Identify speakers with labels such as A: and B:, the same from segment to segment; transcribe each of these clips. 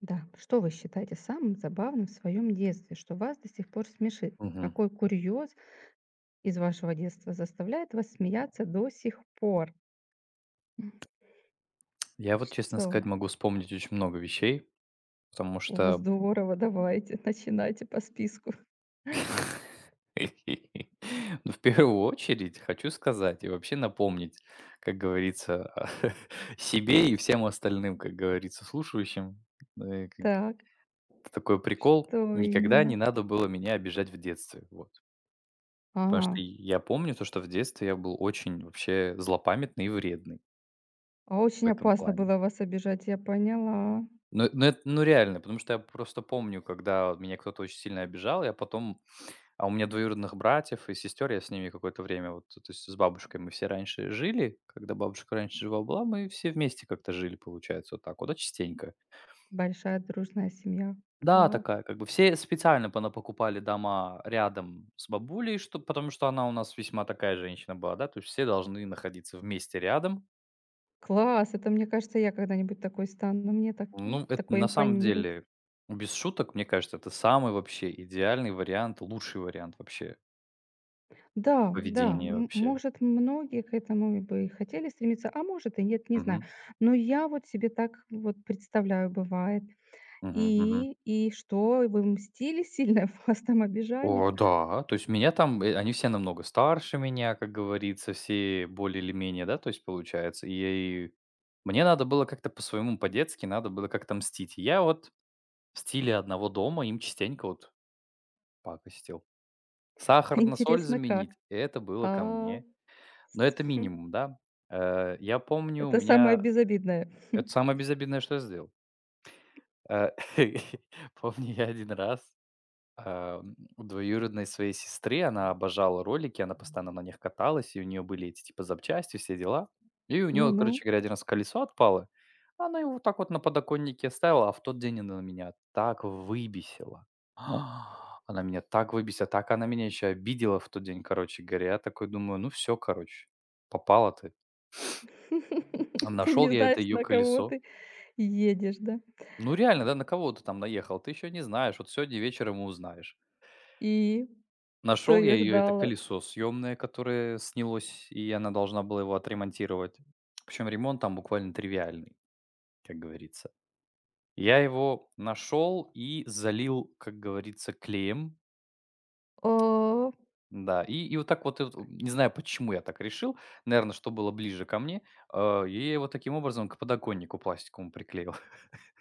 A: Да, что вы считаете самым забавным в своем детстве, что вас до сих пор смешит?
B: Мгм.
A: Какой курьез из вашего детства заставляет вас смеяться до сих пор? М,
B: Я, вот, честно сказать,
A: Что?
B: могу вспомнить очень много вещей, потому
A: О,
B: что…
A: здорово, давайте, начинайте по списку.
B: Ну, в первую очередь хочу сказать и вообще напомнить, как говорится, себе и всем остальным, как говорится, слушающим. Э, как
A: Так,
B: Такой прикол.
A: что
B: Никогда не
A: именно?
B: надо было меня обижать в детстве. Вот. Потому что
A: А,
B: я помню то, что в детстве я был очень вообще злопамятный и вредный
A: а
B: в
A: очень
B: этом
A: опасно
B: плане.
A: было вас обижать, я поняла.
B: Ну это, ну реально, потому что я просто помню, когда вот меня кто-то очень сильно обижал, я потом… а у меня двоюродных братьев и сестер, я с ними какое-то время вот, то есть с бабушкой мы все раньше жили, когда бабушка раньше жива была, мы все вместе как-то жили, получается, вот так вот, да, частенько.
A: Большая дружная семья.
B: Да,
A: Класс.
B: такая как бы, все специально пона покупали дома рядом с бабулей, что потому что она у нас весьма такая женщина была, да, то есть все должны находиться вместе рядом.
A: Класс, это мне кажется, я когда-нибудь такой стану. Мне так,
B: Ну, это
A: такое
B: на самом
A: импонирует.
B: деле, без шуток, мне кажется, это самый вообще идеальный вариант, лучший вариант вообще
A: Да, да,
B: поведения вообще.
A: может, многие к этому бы и хотели стремиться, а может и нет, не
B: Мгм.
A: знаю. Но я вот себе так вот представляю, бывает.
B: Мгм. Мгм.
A: И что, вы мстили сильно? Вас там обижали?
B: О, да, то есть меня там, они все намного старше меня, как говорится, все более или менее, да, то есть получается. И мне надо было как-то по-своему, по-детски, надо было как-то мстить. Я вот в стиле одного дома им частенько вот пакостил. Сахар на соль
A: Интересно, как?
B: заменить, это было ко
A: А,
B: мне. Но это минимум, да. Я помню, у
A: это самое
B: меня…
A: безобидное.
B: Это самое безобидное, что я сделал. Э, помню, я один раз, у двоюродной своей сестры, она обожала ролики, она постоянно на них каталась, и у нее были эти, типа, запчасти, все дела. И у нее,
A: Ну-ну.
B: короче говоря, один раз колесо отпало, она его вот так вот на подоконнике оставила, а в тот день она меня так выбесила. Она меня так выбесила, так она меня еще обидела в тот день, короче говоря. Я такой думаю: "Ну все, короче, попала ты".
A: Ты
B: Нашел
A: не
B: я это
A: знаешь,
B: ее
A: на кого
B: колесо…
A: ты едешь, да?
B: Ну реально, да, на кого ты там наехал? Ты еще не знаешь. Вот сегодня вечером и узнаешь.
A: И что
B: Нашел я
A: её
B: ее, это
A: ждало?
B: колесо съемное, которое снялось, и она должна была его отремонтировать. Причем ремонт там буквально тривиальный, как говорится. Я его нашел и залил, как говорится, клеем.
A: А.
B: Да, и вот так вот, это, не знаю, почему я так решил, наверное, что было ближе ко мне, и я его таким образом к подоконнику пластиковому приклеил.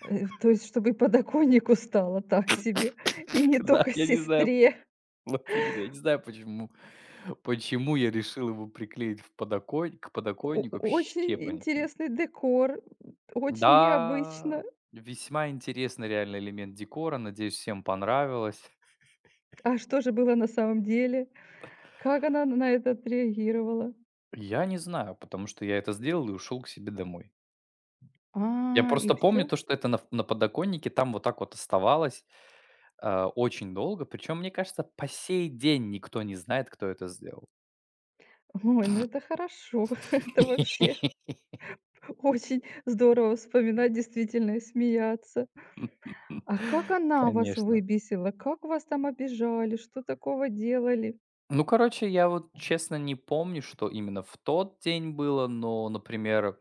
A: То есть, чтобы и подоконнику стало так себе, и не
B: Да,
A: только
B: я не знаю…
A: сестре.
B: Вот именно. Я не знаю, почему я решил его приклеить в подоконни к
A: О
B: подоконнику, вообще
A: очень
B: понятия не имею.
A: интересный декор, очень
B: Да,
A: необычно.
B: весьма интересный реальный элемент декора. Надеюсь, всем понравилось.
A: А что же было на самом деле? Как она на это отреагировала?
B: Я не знаю, потому что я это сделал и ушел к себе домой.
A: А,
B: Я
A: и
B: просто помню
A: все.
B: то, что это на подоконнике там вот так вот оставалось, а, очень долго. Причем, мне кажется, по сей день никто не знает, кто это сделал.
A: Ой, ну это хорошо. Это вообще очень здорово вспоминать действительно и смеяться. А как она вас
B: Конечно.
A: выбесила? Как вас там обижали? Что такого делали?
B: Ну, короче, я вот честно не помню, что именно в тот день было, но, например,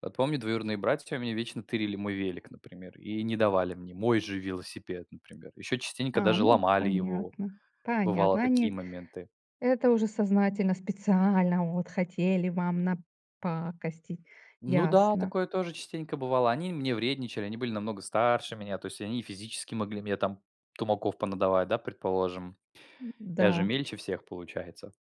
B: вот помню, двоюродные братья у меня вечно тырили мой велик, например, и не давали мне мой же велосипед, например. Еще частенько
A: А,
B: даже
A: ну
B: ломали его,
A: понятно,
B: бывало
A: понятно.
B: такие
A: Они
B: моменты.
A: это уже сознательно, специально вот хотели вам напакостить.
B: Ну да,
A: Ясно.
B: такое тоже частенько бывало. Они мне вредничали, они были намного старше меня, то есть они и физически могли мне там тумаков понадавать, да, предположим. Я же
A: Да.
B: мельче всех, получается.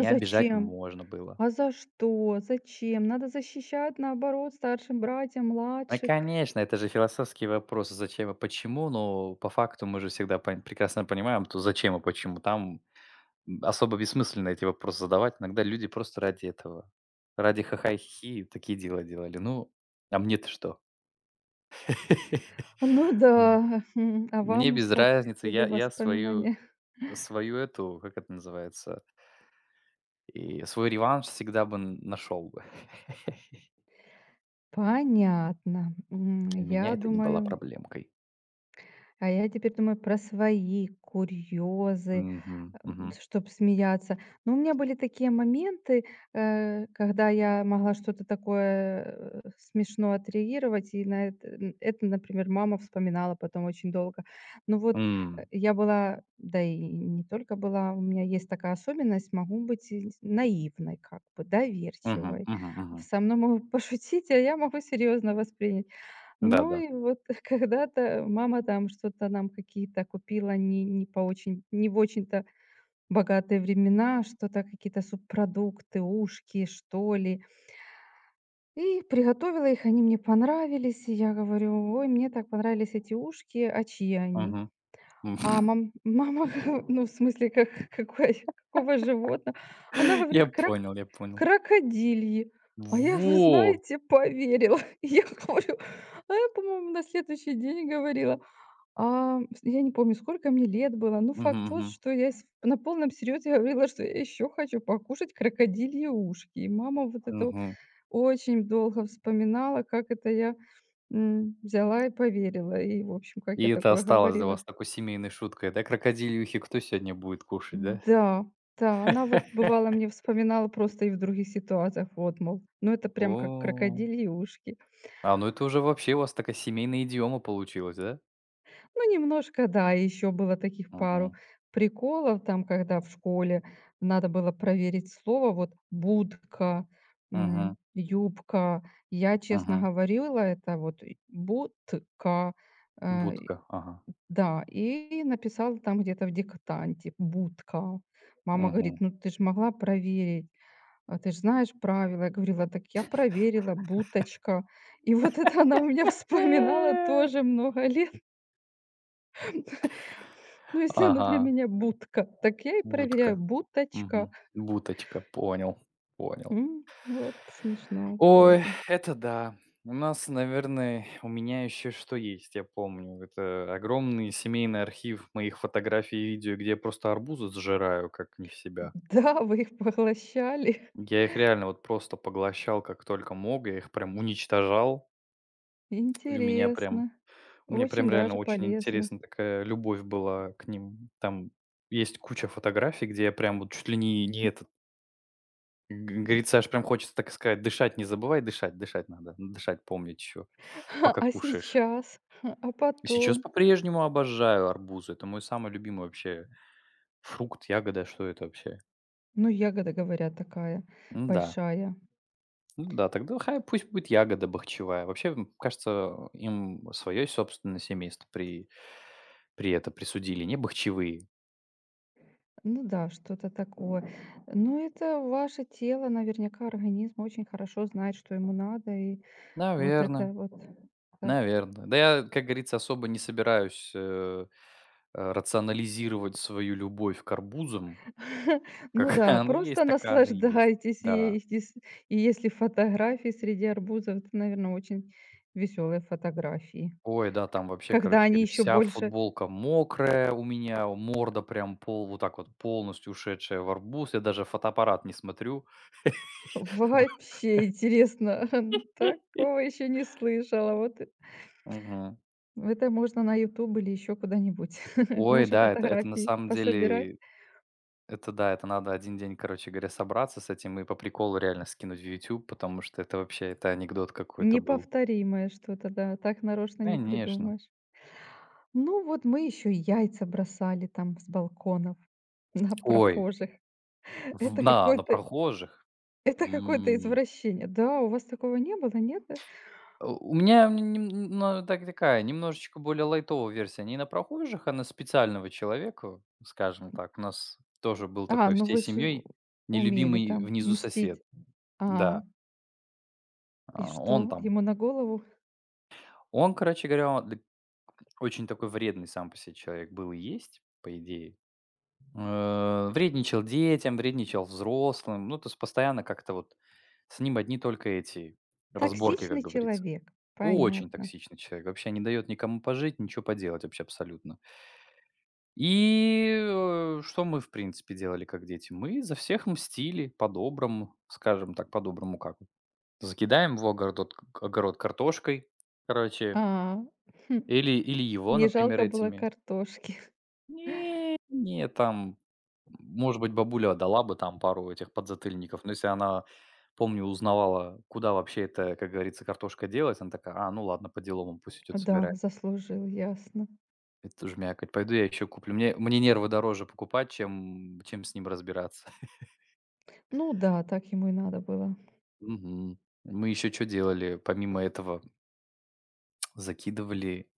A: А
B: обижать
A: зачем?
B: можно было.
A: А за что? Зачем? Надо защищать, наоборот, старшим братьям,
B: Ну,
A: младших.
B: конечно, это же философский вопрос: зачем и почему. Но по факту мы же всегда пон прекрасно понимаем, то зачем и почему. Там, особо бессмысленно эти вопросы задавать. Иногда люди просто ради этого, ради хахайхи такие дела делали. Ну, а мне-то что?
A: Ну
B: М,
A: да, а
B: мне
A: вам
B: без
A: так
B: разницы. Я
A: себе
B: я свою…
A: воспоминания.
B: свою эту, как это называется, и свой реванш всегда бы нашел бы.
A: Понятно.
B: Для меня
A: Я
B: это не была
A: думаю,
B: проблемкой.
A: а я теперь думаю про свои курьезы,
B: Мгм, мгм.
A: чтобы смеяться. Но у меня были такие моменты, когда я могла что-то такое, смешно отреагировать, и на это н это, например, мама вспоминала потом очень долго. Ну вот,
B: М.
A: я была, да и не только была, у меня есть такая особенность, могу быть и наивной как бы,
B: Мгм,
A: доверчивой.
B: мгм, мгм.
A: Со мной могут пошутить, а я могу серьезно воспринять. Ну
B: Да-да.
A: и вот когда-то мама там что-то нам какие-то купила не в очень-то богатые времена, что-то какие-то субпродукты, ушки, что ли. И приготовила их, они мне понравились. И я говорю: "Ой, мне так понравились эти ушки, а чьи они?"
B: Мгм. М.
A: А мама, ну, в смысле, как какой какого животного? Она
B: Я
A: говорит: "Крак
B: понял, я понял.
A: крокодильи". А я, вы
B: Во!
A: знаете, поверила. Я говорю, а я, по-моему, на следующий день говорила, а, с я не помню, сколько мне лет было. Ну
B: Мгм,
A: факт тот,
B: мгм,
A: что я с на полном серьезе говорила, что я еще хочу покушать крокодильи ушки. И мама вот это вот
B: мгм.
A: очень долго вспоминала, как это я, взяла и поверила, и, в общем, как
B: И
A: я
B: это
A: такое
B: осталось для
A: говорила.
B: вас такой семейной шуткой, да? Крокодильюхи кто сегодня будет кушать, да?
A: Да, да, она вот бывало мне вспоминала просто и в других ситуациях, вот, мол, ну это прям как
B: О,
A: крокодильи ушки.
B: ну это уже вообще у вас такая семейная идиома получилась, да?
A: Ну немножко, да, и еще было таких
B: Мгм,
A: пару приколов там, когда в школе надо было проверить слово, вот будка,
B: мгм,
A: юбка. Я честно
B: мгм.
A: говорила это вот и будка, э,
B: Будка, ага,
A: да, и написала там где-то в диктанте будка. Мама говорит,
B: мгм.
A: ну ты же могла проверить. А ты ж знаешь правила. Я говорила: "Так я проверила, буточка". И вот это она у меня вспоминала тоже много лет. Ну, если она для
B: Ага,
A: меня будка, так я и проверяю:
B: будка,
A: буточка.
B: мгм. Буточка, понял, понял.
A: Вот смешно тоже.
B: Ой, это да. У нас, наверное, у меня еще что есть, я помню. Это огромный семейный архив моих фотографий и видео, где я просто арбузы сжираю, как не в себя.
A: Да, вы их поглощали.
B: Я их реально вот просто поглощал, как только мог. Я их прям уничтожал. И
A: Интересно.
B: у меня прям
A: Очень
B: реально
A: даже
B: очень
A: полезно.
B: интересная такая любовь была к ним. Там есть куча фотографий, где я прям вот чуть ли не, не этот, говорится, аж прям хочется так и сказать, дышать не забывай, дышать, дышать надо, дышать помнить еще, пока
A: А
B: кушаешь.
A: сейчас? А
B: Сейчас
A: потом?
B: по-прежнему обожаю арбузы. Это мой самый любимый вообще фрукт, ягода. Что это вообще?
A: Ну, ягода, говорят, такая
B: Ну да.
A: большая.
B: Ну да, тогда хай пусть будет ягода бахчевая. Вообще, кажется, им свое собственное семейство при, при это присудили, не бахчевые.
A: Ну да, что-то такое. Но это ваше тело, наверняка организм очень хорошо знает, что ему надо, и вот это
B: Наверное,
A: вот так.
B: наверное. Да я, как говорится, особо не собираюсь рационализировать свою любовь к арбузам.
A: Ну
B: Какая
A: да,
B: она есть,
A: просто
B: такая она и есть.
A: наслаждайтесь
B: Да.
A: ей. И если фотографии среди арбузов, это, наверное, очень веселые фотографии.
B: Ой, да,
A: К-
B: там вообще,
A: Когда
B: короче
A: они
B: говоря,
A: еще
B: вся
A: больше...
B: футболка мокрая у меня, морда прям пол вот так вот полностью ушедшая в арбуз. Я даже фотоаппарат не смотрю.
A: Вообще интересно, такого еще не слышала. Вот
B: Мгм.
A: это можно на YouTube или еще куда-нибудь
B: Ой,
A: ваши
B: да, это на
A: фотографии
B: самом
A: пособирать.
B: деле, это да, это надо один день, короче говоря, собраться с этим и по приколу реально скинуть в YouTube, потому что это вообще, это анекдот какой-то был.
A: Неповторимое что-то, да, так нарочно не
B: Конечно.
A: придумаешь. Ну вот мы еще яйца бросали там с балконов на
B: Ой,
A: прохожих.
B: в
A: Это
B: на
A: какое-то
B: прохожих?
A: это какое-то
B: М.
A: извращение. Да, у вас такого не было, нет? да?
B: У меня нем нем но так такая, немножечко более лайтовая версия не на прохожих, а на специального человека, скажем так. У нас тоже был
A: А,
B: такой
A: ну
B: всей
A: вы же
B: семьей
A: умели
B: нелюбимый
A: там
B: внизу сосед.
A: мстить. А,
B: Да,
A: и
B: он
A: что?
B: там
A: Ему на голову?
B: короче говоря, он д очень такой вредный сам по себе человек был и есть, по идее. Вредничал детям, вредничал взрослым. Ну, то есть постоянно как-то вот с ним одни только эти разборки, как
A: Токсичный
B: говорится.
A: человек.
B: Очень
A: Понятно.
B: токсичный человек, вообще не дает никому пожить, ничего поделать вообще абсолютно. И, что мы, в принципе, делали как дети? Мы за всех мстили по-доброму, скажем так, по-доброму как… Закидаем его огород, огород картошкой, короче,
A: А, хм,
B: или, или его,
A: не
B: например,
A: жалко было
B: этими…
A: картошки.
B: Не, не, там, может быть, бабуля дала бы там пару этих подзатыльников, но если она, помню, узнавала, куда вообще это, как говорится, картошка делась, она такая, а, ну ладно, по делам, пусть идет
A: Да,
B: собирает.
A: заслужил, ясно.
B: Это тоже мякоть. Пойду я еще куплю. Мне нервы дороже покупать, чем с ним разбираться.
A: Ну да, так ему и надо было.
B: Мгм. Мы еще что делали помимо этого? Закидывали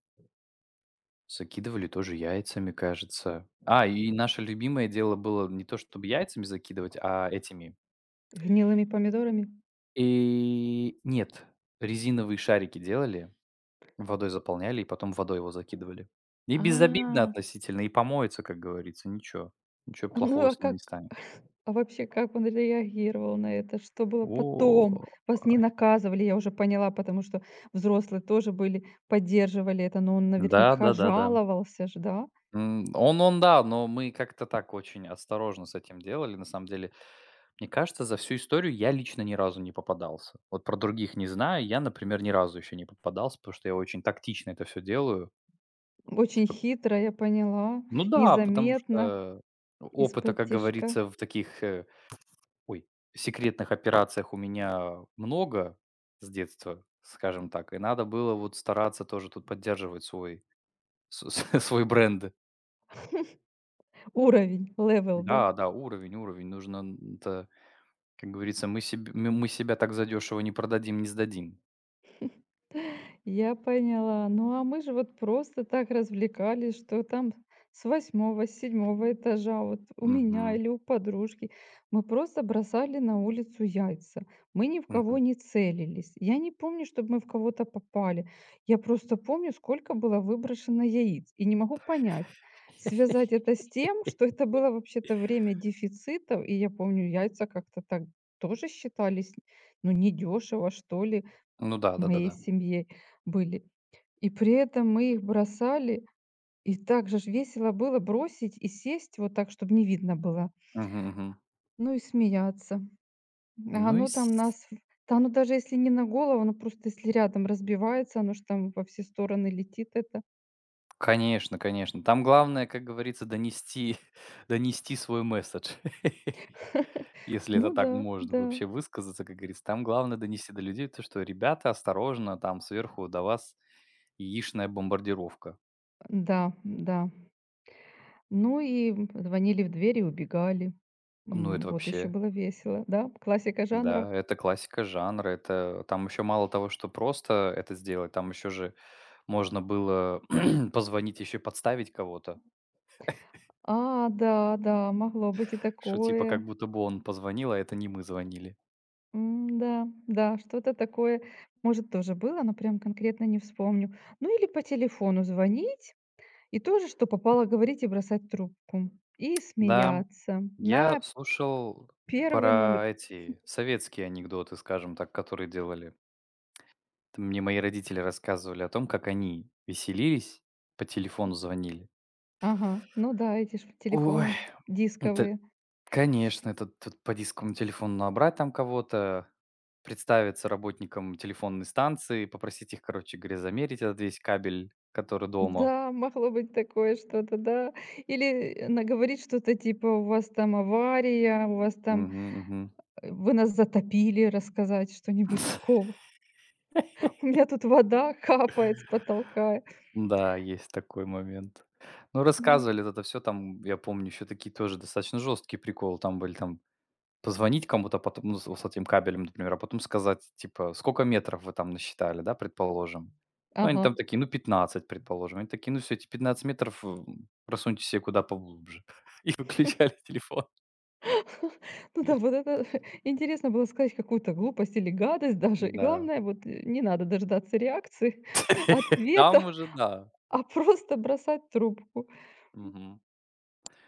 B: закидывали тоже яйцами, кажется. А, и наше любимое дело было не то чтобы яйцами закидывать, а этими…
A: Гнилыми помидорами
B: И нет, резиновые шарики делали, водой заполняли и потом водой его закидывали. И безобидно
A: А.
B: относительно, и помоется, как говорится, ничего. Ничего
A: Ну,
B: плохого
A: а
B: с ним не
A: как,
B: станет.
A: а вообще, как он реагировал на это? Что было
B: О.
A: потом? Вас не наказывали, я уже поняла, потому что взрослые тоже были, поддерживали это, но он наверняка
B: Да-да-да-да.
A: жаловался ж, да?
B: М, да, но мы как-то так очень осторожно с этим делали. На самом деле, мне кажется, за всю историю я лично ни разу не попадался. Вот про других не знаю. Я, например, ни разу еще не попадался, потому что я очень тактично это все делаю.
A: Очень
B: Типа,
A: хитро, я поняла,
B: ну да, потому
A: незаметно,
B: что опыта, как
A: исподтишка.
B: говорится, в таких, ой, секретных операциях у меня много с детства, скажем так. И надо было вот стараться тоже тут поддерживать свой с- свой бренд.
A: Уровень, левел, да?
B: Да, да, уровень, уровень. Нужно это… Как говорится, мы себе мы себя так задешево не продадим, не сдадим.
A: Я поняла. Ну, а мы же вот просто так развлекались, что там с восьмого, с седьмого этажа, вот у меня
B: Мгм,
A: или у подружки, мы просто бросали на улицу яйца. Мы ни в кого
B: мгм.
A: не целились. Я не помню, чтобы мы в кого-то попали. Я просто помню, сколько было выброшено яиц. И не могу понять, связать это с тем, что это было вообще-то время дефицитов, и я помню, яйца как-то так тоже считались, ну, недешево, что ли
B: Ну да,
A: моей
B: да-да-да.
A: семье были. И при этом мы их бросали, и так же ж весело было бросить и сесть вот так, чтобы не видно было.
B: Мгм, мгм.
A: Ну и смеяться. А
B: Ну и
A: оно
B: с…
A: там нас в да оно даже если не на голову, оно просто если рядом разбивается, оно ж там во все стороны летит это.
B: Конечно, конечно. Там главное, как говорится, донести донести свой месседж. Если это
A: Ну
B: так
A: да,
B: можно
A: да,
B: вообще высказаться, как говорится. Там главное донести до людей то, что: "Ребята, осторожно, там сверху до вас яичная бомбардировка".
A: да, да. Ну и, звонили в дверь и убегали.
B: Ну, это
A: Вот еще
B: вообще…
A: было весело, да, классика жанра.
B: Да, это классика жанра. Это там еще мало того, что просто это сделать, там еще же можно было позвонить, еще и подставить кого-то,
A: А, да, да, могло быть и
B: что типа как
A: такое.
B: будто бы он позвонил, а это не мы звонили.
A: Да, да, что-то такое, может, тоже было, но прям конкретно не вспомню. Ну или по телефону звонить и тоже, что попало, говорить и бросать трубку. И
B: Да,
A: смеяться на
B: я слушал
A: первый
B: про
A: номер.
B: эти советские анекдоты, скажем так, которые делали. Это… Мне мои родители рассказывали о том, как они веселились, по телефону звонили.
A: Ага, ну да, эти ж
B: Ой,
A: телефоны
B: это
A: дисковые.
B: конечно, это тут по дисковому телефону набрать там кого-то, представиться работникам телефонной станции, попросить их, короче говоря, замерить этот весь кабель, который дома.
A: Да, могло быть такое что-то, да. Или наговорить что-то типа: "У вас там авария, у вас там,
B: Мгм, мгм.
A: вы нас затопили", рассказать что-нибудь такого. "У меня тут вода капает с потолка".
B: Да, есть такой момент. Ну,
A: Да.
B: рассказывали вот это все там, я помню, еще такие тоже достаточно жесткие приколы там были. Там… Позвонить кому-то потом, ну, с вот с этим кабелем, например, а потом сказать, типа: "Сколько метров вы там насчитали?" Да, предположим. Ну, они
A: Ага.
B: там такие: "Ну, 15, предположим". Они такие: "Ну, все эти 15 метров, просуньте себе куда поглубже". И выключали телефон.
A: Ну
B: Е
A: да, вот это интересно было сказать какую-то глупость или гадость даже. И
B: Да.
A: главное, вот не надо дождаться реакции, ответа,
B: Там уже да.
A: а просто бросать трубку.
B: Мгм.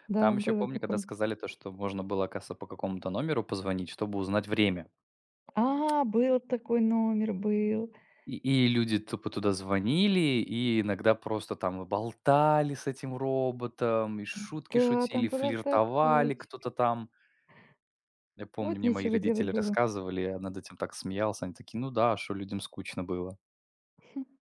A: Да,
B: Там еще
A: было
B: помню, когда
A: такое.
B: сказали то, что можно было, оказывается, по какому-то номеру позвонить, чтобы узнать время.
A: А, был такой номер, был.
B: И люди тупо туда звонили, и иногда просто там болтали с этим роботом, и шутки
A: Да, там
B: шутили,
A: был
B: флиртовали
A: автоответчик.
B: кто-то там. Я помню,
A: Вот
B: мне мои
A: нечего делать
B: родители
A: было.
B: рассказывали, я над этим так смеялся. Они такие: "Ну да, что людям скучно было?"